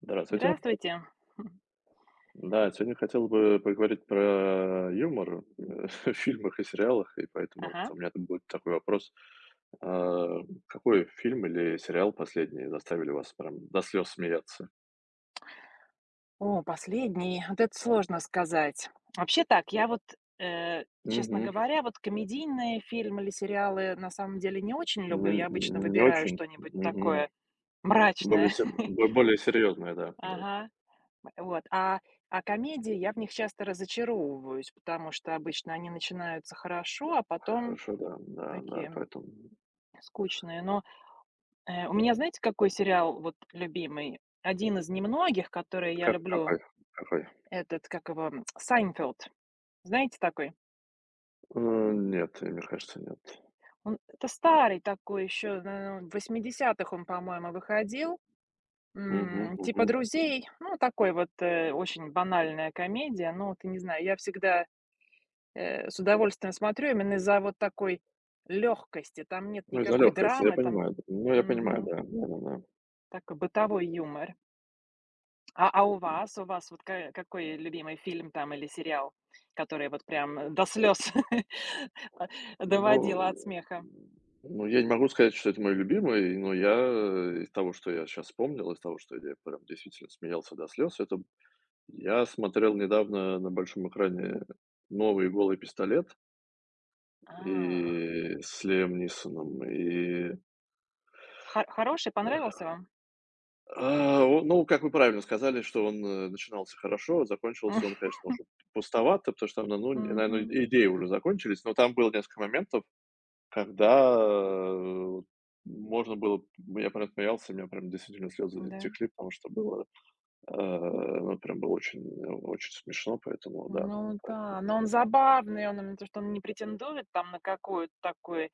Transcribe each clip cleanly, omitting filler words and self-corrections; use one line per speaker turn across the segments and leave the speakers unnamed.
Здравствуйте.
Здравствуйте.
Да, сегодня хотел бы поговорить про юмор, в фильмах и сериалах, и поэтому вот
Ага.
у меня тут будет такой вопрос. А, какой фильм или сериал последний заставили вас прям до слез смеяться?
О, последний. Вот это сложно сказать. Вообще так, я вот, э, честно
Мгм.
говоря, вот комедийные фильмы или сериалы на самом деле не очень
Не
люблю. Я обычно
не
выбираю
очень?
что-нибудь
Мгм.
такое
Более
мрачное.
се бо более серьезное, да, да.
Ага. Вот. А комедии я в них часто разочаровываюсь, потому что обычно они начинаются хорошо, а потом
Хорошо, да, да, да,
такие
поэтому.
скучные. Но у меня, знаете, какой сериал вот любимый? Один из немногих, которые я
Как
люблю.
какой? Какой?
Этот, как его, Сайнфелд, знаете, такой?
Э, нет, мне кажется, нет.
Он это старый такой, еще, на в 80 он, по-моему, выходил,
Мгм,
типа
мгм.
"Друзей". Ну, такой вот, очень банальная комедия, ну ты не знаю, я всегда, с удовольствием смотрю именно из-за вот такой легкости. Там нет
Ну, из-за
никакой
легкости, я
драмы, там
понимаю. Да. Ну, я понимаю,
мгм,
да, да-да-да.
такой бытовой юмор. А у вас? У вас вот ка какой любимый фильм там или сериал, который вот прям, до слез,
Ну,
доводила от смеха?
ну, я не могу сказать, что это мой любимый, но я, из того, что я сейчас вспомнил, из того, что я прям действительно смеялся до слез, это я смотрел недавно на большом экране новый "Голый пистолет"
А,
и с Лиам Нисоном.
хо хороший, понравился вам?
Ну, как вы правильно сказали, что он, начинался хорошо, закончился он, конечно, уже пустовато, потому что там, ну, наверное,
Мгм.
идеи уже закончились, но там было несколько моментов. Когда, э, можно было Я прям смеялся, у меня прям действительно слезы
Да.
текли, потому что было, ну, прям было очень смешно, поэтому да,
Ну
поэтому.
да, но он забавный, он именно то, что он не претендует там на какой-то такой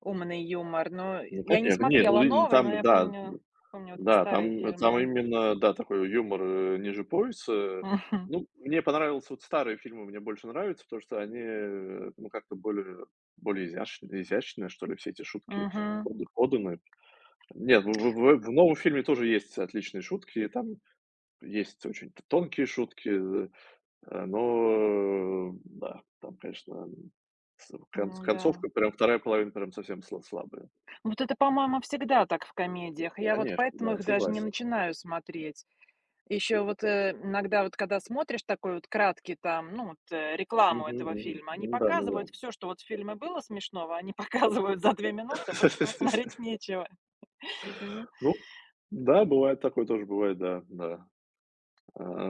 умный юмор. Но
Ну,
я не
конечно, нет, ну,
смотрела
и
новый, но
там,
я
да,
помню вот эти
да,
старые
там
фильмы.
именно, да, такой юмор, ниже пояса.
Мгм.
Ну, мне понравилось, вот старые фильмы мне больше нравятся, потому что они, ну, как-то более изящные, что ли, все эти шутки
Мгм.
поданы. Нет, в новом фильме тоже есть отличные шутки, там. Есть очень тонкие шутки, да, там, конечно, с кон
Ну да.
концовка, прям вторая половина прям совсем слабая.
Вот это, по-моему, всегда так в комедиях. Я вот
Конечно,
поэтому
да, я
их даже не
согласен.
начинаю смотреть. Еще вот, иногда вот когда смотришь такой вот краткий там, ну вот, рекламу
Мгм,
этого
мгм.
фильма, они
М-да, да-да.
показывают
Ну
все что вот в фильме было смешного, они показывают за две
да,
минуты, больше там смотреть нечего. И ну,
ну, да, бывает такое тоже, бывает, да, да.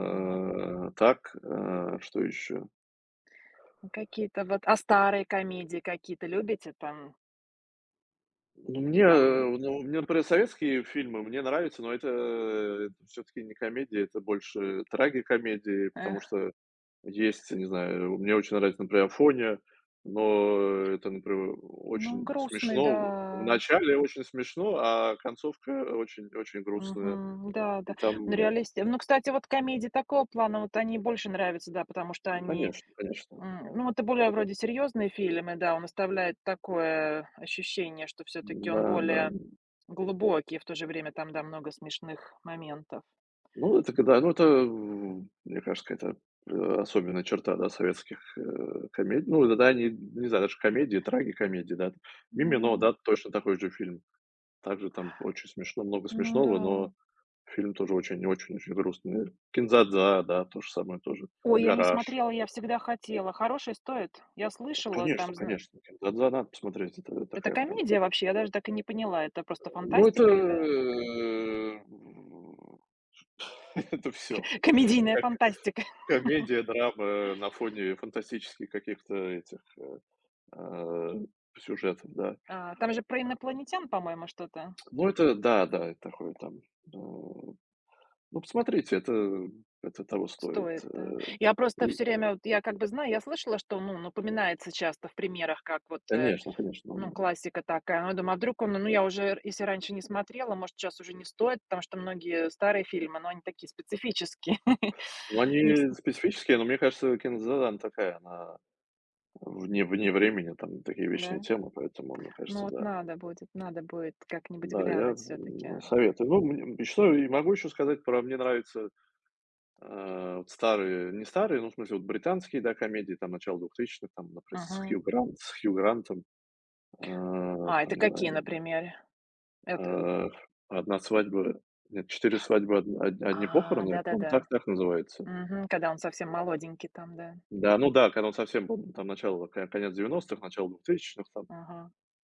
вот.
так, а, Что еще?
Ну, какие-то вот а старые комедии какие-то любите там?
Ну, мне,
Там,
ну, мне, например, советские фильмы мне нравятся, но это все таки не комедия, это больше трагикомедии,
э,
потому что. Есть, не знаю, мне очень нравится, например, Афония, но это, например,
ну,
очень
грустные,
смешно. В
да.
начале очень смешно, а концовка очень грустная.
Мгм. Да, да.
И там
Ну, реалисти Ну, кстати, вот комедии такого плана, вот они больше нравятся, да, потому что
ну,
они...
конечно, конечно.
Ну, это более вроде серьезные фильмы, да, он оставляет такое ощущение, что все таки он
Да, да.
более глубокий, в то же время там, да, много смешных моментов.
Ну, это когда ну, это, в Мне кажется, это особенная черта, да, советских, комедий. Ну, да, да, они, не знаю, даже комедии, трагикомедии, да. "Мимино",
Ну,
да, точно такой же фильм. Также там очень смешно, много
ну да.
смешного, но. Фильм тоже очень-очень-очень грустный. Кинзадза, да, то же самое тоже.
Ой, я не
"Гараж".
смотрела, я всегда хотела. Хороший, стоит? Я слышала,
Конечно,
там зна
конечно, Кинзадза надо посмотреть. Это
Это
такая прям
комедия вообще? Я даже так и не поняла, это просто
ну, это,
фантастика или ка
это все
комедийная
Как
фантастика?
комедия, драма на фоне фантастических каких-то этих, а, сюжетов, да.
А, там же про инопланетян, по-моему, что-то.
Ну, это да, да, это такое там, ну, посмотрите, это того стоит.
Стоит, да? Я просто
И
все время, вот я как бы знаю, я слышала, что, ну, напоминается часто в примерах, как вот,
конечно, конечно.
Ну, классика такая. Ну, я думаю, а вдруг он... ну, я уже, если раньше не смотрела, может, сейчас уже не стоит, потому что многие старые фильмы, но они такие специфические.
Ну,
Не вс
они специфические, но мне кажется, "Киндза" такая, она вне времени, там такие вечные
Да?
темы, поэтому, мне
Ну,
кажется,
вот
да.
надо будет как-нибудь
Да, я,
глянуть все таки
советую. Ну, мне и что и могу еще сказать, про мне нравятся, вот старые, не старые, ну, в смысле, вот британские, да, комедии, там, начала двухтысячных, там, например, с
Мгм.
Хью Грант с Хью Грантом, э,
А,
там,
это
не знаю,
какие, например? Это...
э, "Одна свадьба", нет, "Четыре свадьбы, од од одни
А,
похороны", по-моему,
да-да-да.
так называется.
Мгм. Когда он совсем молоденький там, да.
Да, ну да, когда он совсем был, там, начало, к конец девяностых, начало двухтысячных, там.
Ага.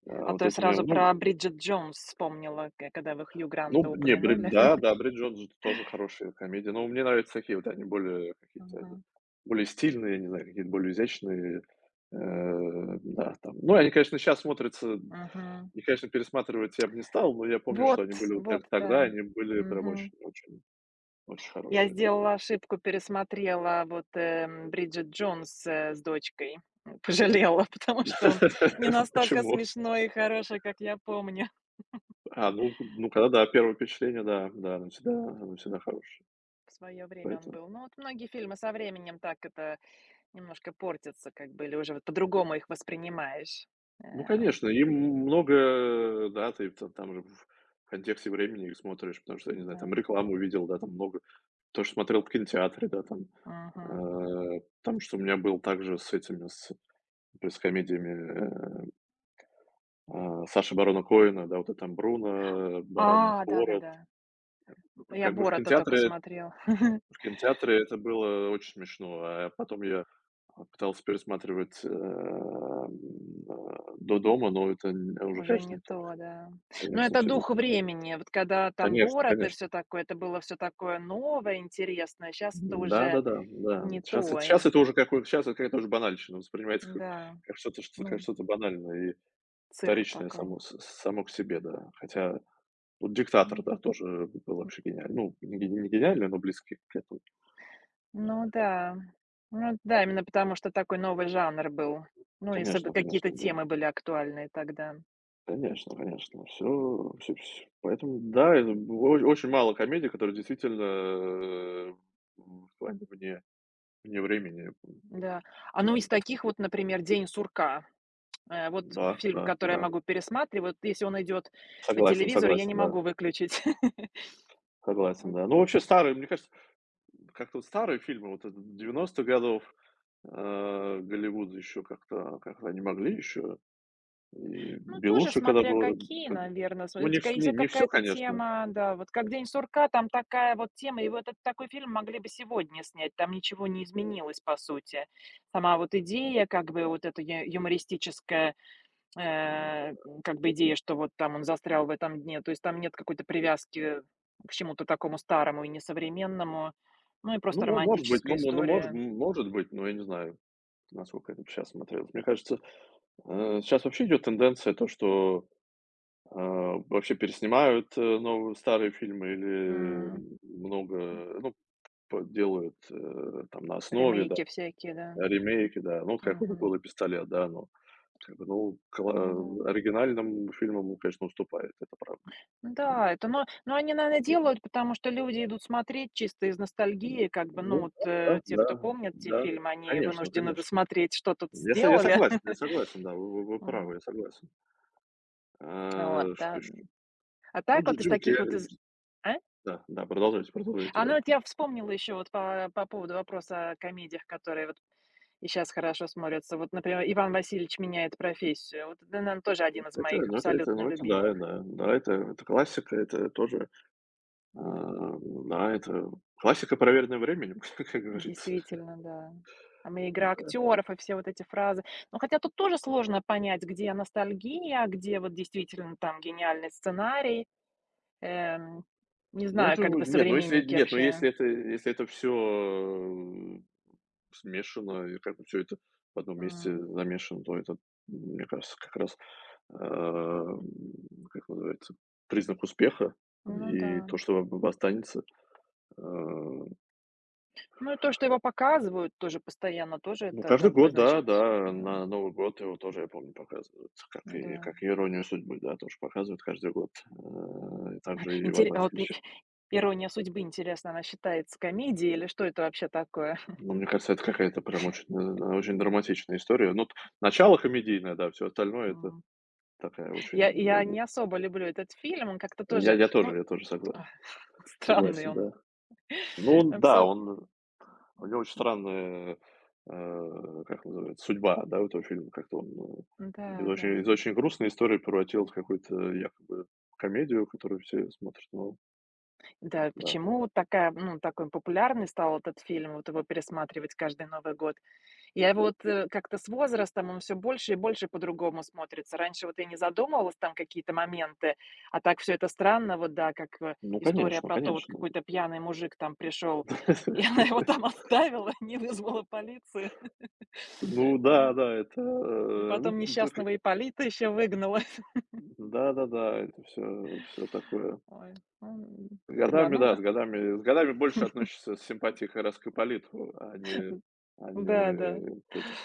А то
Вот
я
эти мне,
сразу
ну
про Бриджит Джонс вспомнила, к когда вы Хью Гранта
ну не, Брид
упомянули.
да, да, Бриджит Джонс это тоже хорошая комедия, но мне нравятся такие вот, они более какие-то,
Ага.
они более стильные, я не знаю, какие-то более изящные, да, там. Ну, они, конечно, сейчас смотрятся,
Мгм.
их, конечно, пересматривать я бы не стал, но я помню,
Вот,
что они были вот так
вот, да.
тогда, они были прям
Мгм.
очень
Я
хорошие.
сделала ошибку, пересмотрела вот, "Бриджит Джонс", с дочкой. Пожалела, потому что он не настолько
Почему?
смешной и хороший, как я помню.
Когда да, первое впечатление, да, да, оно всегда хорошее,
В свое время он
поэтому.
был. Ну, вот многие фильмы со временем так это немножко портятся как бы или уже вот по-другому их воспринимаешь.
Ну,
Э,
конечно, им много, да, ты т там же в контексте времени их смотришь, потому что, я не знаю, там
да.
рекламу видел, да, там много. То, что смотрел в кинотеатре, да, там,
Мгм.
потому что у меня был также с этими, с комедиями, Саши Барона Коэна, да, вот это там "Бруно",
А,
"Борат".
да-да-да. Я
Как бы в
"Борота" только
кинотеатре
смотрел.
это было очень смешно, а потом я пытался пересматривать, до дома, но это н уже,
Уже
конечно,
не
не то.
то, да. Но
Конечно,
это
все не.
дух времени. Вот когда там
Конечно,
Борат и всё
конечно.
такое, это было все такое новое, интересное. Сейчас это уже
Да-да-да, да, да, да.
не
сейчас
то.
это
И
щас это уже какой сейчас это какая-то уже банальщина, воспринимается
да,
как что-то что как
ну,
что-то банальное и
цирк
вторичное
такой.
само с само к себе, да. Хотя вот
Ну
"Диктатор", да, тоже был
н
вообще гениальный. Ну, не гениальный, но близкий к этому.
ну да. Ну да, именно потому, что такой новый жанр был. Ну, если соб
Конечно,
какие-то
конечно, да.
темы были актуальные тогда.
Конечно, конечно, все все поэтому, да, это о очень мало комедий, которые действительно, э, в плане вне времени.
Да. А, ну, из таких вот, например, "День сурка". Вот
Да,
фильм,
да,
который я
да.
могу пересматривать. Вот если он идет по
Согласен,
телевизору, я не
согласен, да.
могу выключить.
Согласен, да. Ну, вообще старые, мне кажется, как-то вот старые фильмы, вот это девяностых годов, э, Голливуд еще как-то они могли еще. И
Ну, тоже
Белуша, когда
смотря
было,
какие,
как бы
наверное.
ну,
Смотрите,
не
ка
вс не
если
не все,
какая-то
конечно.
тема, да, вот как "День сурка", там такая вот тема, и вот этот такой фильм могли бы сегодня снять, там ничего не изменилось по сути. Сама вот идея, как бы вот эта ю юмористическая,
М,
э, как бы идея, что вот там он застрял в этом дне, то есть там нет какой-то привязки к чему-то такому старому и несовременному. Ну и
ну,
просто
мо может быть, ну,
романтическая история.
может быть, но я не знаю, насколько это сейчас смотрелось. Мне кажется, щас вообще идет тенденция, то, что, вообще переснимают, новые старые фильмы
М.
или много, ну, п делают, там на основе.
Ремейки всякие, да.
Ремейки, да. Ну, вот как у
Мгм.
"Голый пистолет", да, ну, как бы, ну,
Ну да.
оригинальным фильмам он, конечно, уступает, это правда.
Ну да, это, но они, наверное, делают, потому что люди идут смотреть чисто из
М,
ностальгии, как бы, ну,
ну
вот,
да,
те,
да,
кто
да,
помнят те
да.
фильмы, они
Конечно,
вынуждены
конечно.
досмотреть, что тут
Я
сделали.
согласен, я согласен, да, вы правы,
М,
я согласен.
вот,
Что
да.
еще?
А
Ну,
так вот из
Джим
таких вот
Керри,
из
дж
а?
да, да, продолжайте, продолжайте,
А, ну,
да.
вот я вспомнила еще вот по поводу вопроса о комедиях, которые вот и щас хорошо смотрятся. Вот, например, "Иван Васильевич меняет профессию". Вот это, наверно, тоже один из
Это,
моих
ну, это это,
абсолютно
ну, это да,
любимых.
да, да, это классика, это тоже,
Вот.
да, это классика, проверенная временем, как говорится.
Действительно, да. Там и игра актеров, и все вот эти фразы. Но хотя тут тоже сложно понять, где ностальгия, а где вот действительно там гениальный сценарий. Эм, не
Ну,
знаю,
это
как
вы
бы
нет, ну, если
современники
нет, ну,
вообще.
если это Если это все смешано и как бы все это в одном месте
М,
замешано, то это, мне кажется, как раз, эм, как называется, признак успеха
ну да.
и то, что об останется. Э,
Ну и то, что его показывают тоже постоянно, тоже
ну,
это
каждый
как бы,
год, да,
значит,
да,
м,
на Новый год его тоже, я помню, показывают,
да.
как и "Иронию судьбы", да, тоже показывают каждый год, и также и "Иван
Интере вот и
Васильевич".
"Ирония судьбы", интересно, она считается комедией или что это вообще такое?
Ну, мне кажется, это какая-то прям очень, очень драматичная история. Ну, т начало комедийное, да, все остальное — это
М.
такая
Я
очень.
я не особо люблю этот фильм, он как-то тоже, ну...
Я тоже
Странный
согласен,
он.
да. Ну, он,
Там
да,
всё...
он у него очень странная, как называется, судьба, да, у этого фильма. Как-то он, из
Да,
очень
да.
грустной истории превратил в какую-то якобы комедию, которую все смотрят. Ну
Да,
да.
почему вот такая, ну, такой популярный стал этот фильм, вот его пересматривать каждый Новый год? Я его вот, как-то с возрастом он все больше и больше по-другому смотрится. Раньше вот я не задумывалась, там какие-то моменты, а так все это странно. Вот да, как,
Ну,
история
конечно,
про то, вот
конечно.
какой-то пьяный мужик там пришел и она его там оставила, не вызвала полицию.
Ну
А,
да, да, это,
и
ну,
потом
да.
несчастного Ипполита ещё выгнала.
Да-да-да, это все, все такое.
Ой, ну
С
да,
годами,
ну
да, с годами больше относишься с симпатией к Эроскополиту, а не
да, да.
к этим.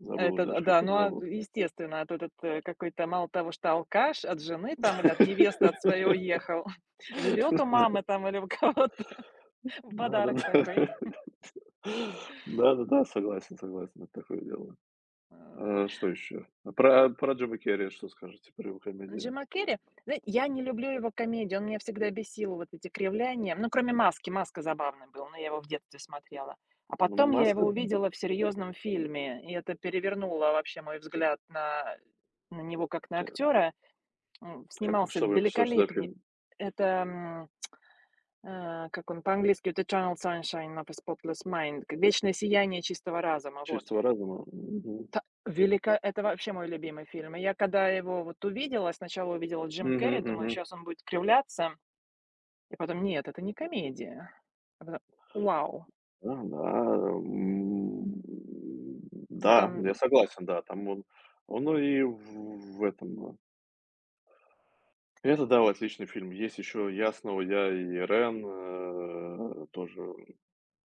Забыл уже
Это,
даже,
да,
как их
ну, а,
зовут.
естественно, а то этот, какой-то... Мало того, что алкаш от жены там или от невесты от своей уехал, живет у
Да.
мамы там или у кого-то. Подарок такой.
Да-да-да. Да, да, согласен, согласен, это такое дело.
А.
Что еще? Про Джима Керри что скажете, про его комедии?
Джима Керри, знаете, я не люблю его комедию, он меня всегда бесил, вот эти кривляния. Ну, кроме "Маски". "Маска" забавный был, но я его в детстве смотрела. А
Ну,
потом я его
"Маска",
увидела в серьезном фильме, и это перевернуло вообще мой взгляд на него как на
к
актера.
как
Снимался
что вы, что за
великолепне...
фильм?
это, как он по-английски, вот это "Eternal Sunshine of a Spotless Mind", к "Вечное сияние чистого разума", вот.
"Чистого разума"? Мгм.
Та велика это вообще мой любимый фильм. И я когда его вот увидела, сначала увидела Джим
Мгм,
Керри, думаю,
мгм.
сейчас он будет кривляться, и потом: "Нет, это не комедия". А потом: "Вау!"
Да, да,
Ну,
да,
там,
я согласен, да, там он оно и в этом, э это, да, отличный фильм. Есть еще "Ясного", "Я и Рен", тоже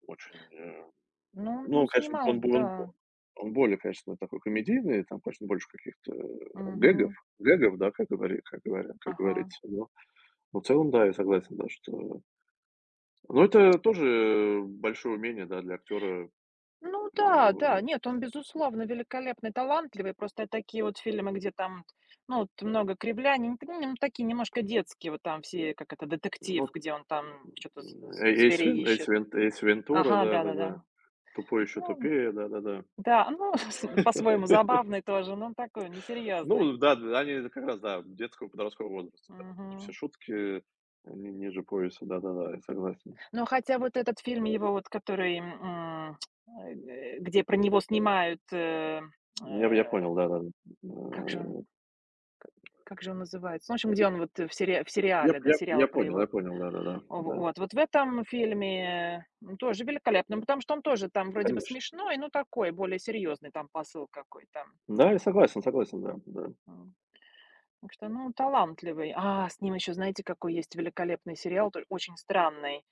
очень,
ну, он
ну, конечно,
снимал, да.
он более, конечно, такой комедийный, там, конечно, больше каких-то, гэгов
Мгм.
гэгов, да, как
Ага.
говорится, но в целом, да, я согласен, да, что это тоже большое умение, да, для актера, э.
Ну да, да. Нет, он, безусловно, великолепный, талантливый. Просто такие вот фильмы, где там, ну, вот много кривляний, т ну, такие немножко детские, вот там все, как это, детектив,
Ну,
где он там что то з з зверей ищет.
Эйс Вентура,
Ага,
да-да-да.
да-да-да.
"Тупой еще
Ну
тупее", да-да-да.
да, ну, по-своему забавный тоже, но он такой несерьезный.
Ну да, да, они как раз, да, детского, подросткового возраста, да. Вот эти все
Мгм.
шутки, они ниже пояса, да-да-да, я согласен.
Но хотя вот этот фильм его вот, который, где про него снимают, э,
Ну, я понял, да-да-да.
как же
Э,
он Как же он называется? Ну, в общем, где он вот в сериа в сериале, да, сериал про
я
его.
понял, да-да-да,
В
да,
вот. Вот в этом фильме, тоже великолепно, потому что он тоже там вроде бы
конечно.
смешной, но такой, более серьезный там посыл какой-то.
Да, я согласен, согласен, да, да.
М, так что, ну, талантливый. А, с ним еще, знаете, какой есть великолепный сериал, то очень странный,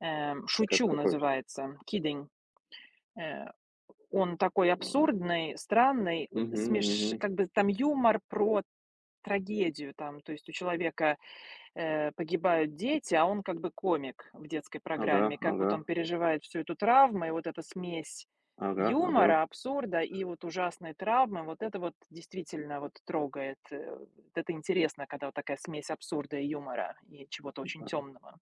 Как
"Шучу"
какой?
называется, "Kidding". Э, он такой
Да.
абсурдный, странный,
Мгм,
смеш
мгм.
как бы там юмор про трагедию, там, то есть у человека погибают дети, а он как бы комик в детской
Ага,
программе. Как
ага,
вот он переживает всю эту травму, и вот эта смесь
ага, ага.
юмора, абсурда и вот ужасной травмы, вот это вот действительно вот трогает. Это интересно, когда вот такая смесь абсурда и юмора, и чего-то очень темного.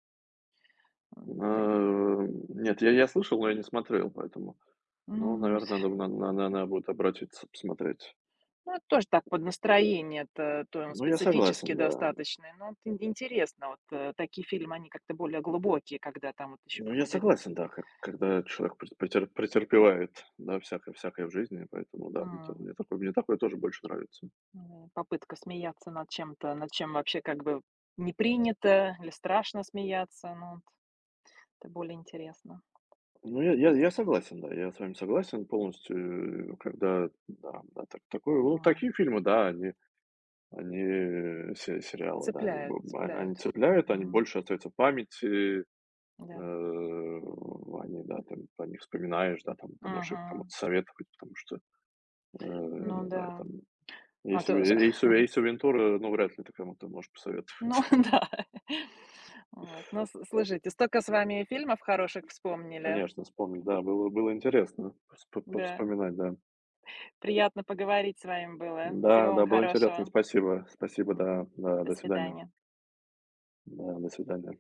Э, нет, я слышал, но я не смотрел, поэтому.
Ну,
Ну, наверное, надо на надо будет обратиться, посмотреть.
ну, это тоже так под настроение, это то он
Ну, я
специфический
согласен, да.
достаточный, но это интересно, вот такие фильмы, они как-то более глубокие, когда там вот еще
Ну, я
какой-то...
согласен, да, как когда человек претерпевает, да, всякое в жизни, поэтому да, мне такое тоже больше нравится.
Попытка смеяться над чем-то, над чем вообще как бы не принято или страшно смеяться, ну, вот это более интересно.
Ну, я согласен, да, я с вами согласен полностью, когда, да, да, так такое, ну,
М.
такие фильмы, да, они они се сериалы, да, они
Цепляют,
бо а они
цепляют.
цепляют, они
Мгм.
больше остаются в памяти,
Да.
э, они, да, там, о них вспоминаешь, да, там, ты можешь их кому-то
Мгм.
советовать, потому что.
Ну
Не знаю,
да.
там
А то,
Эйсу Вентура, ну, вряд ли ты кому-то можешь
ну,
посоветовать.
да. Вот. Ну, с слушайте, столько с вами фильмов хороших вспомнили.
Конечно, вспомнить, да, было интересно вспо
Да.
повспоминать, да.
Приятно поговорить с вами было. Всего
Да,
вам
да, было интересно.
хорошего.
Спасибо, да,
Мгм.
да,
До
до свидания.
свидания.
Да, до свидания.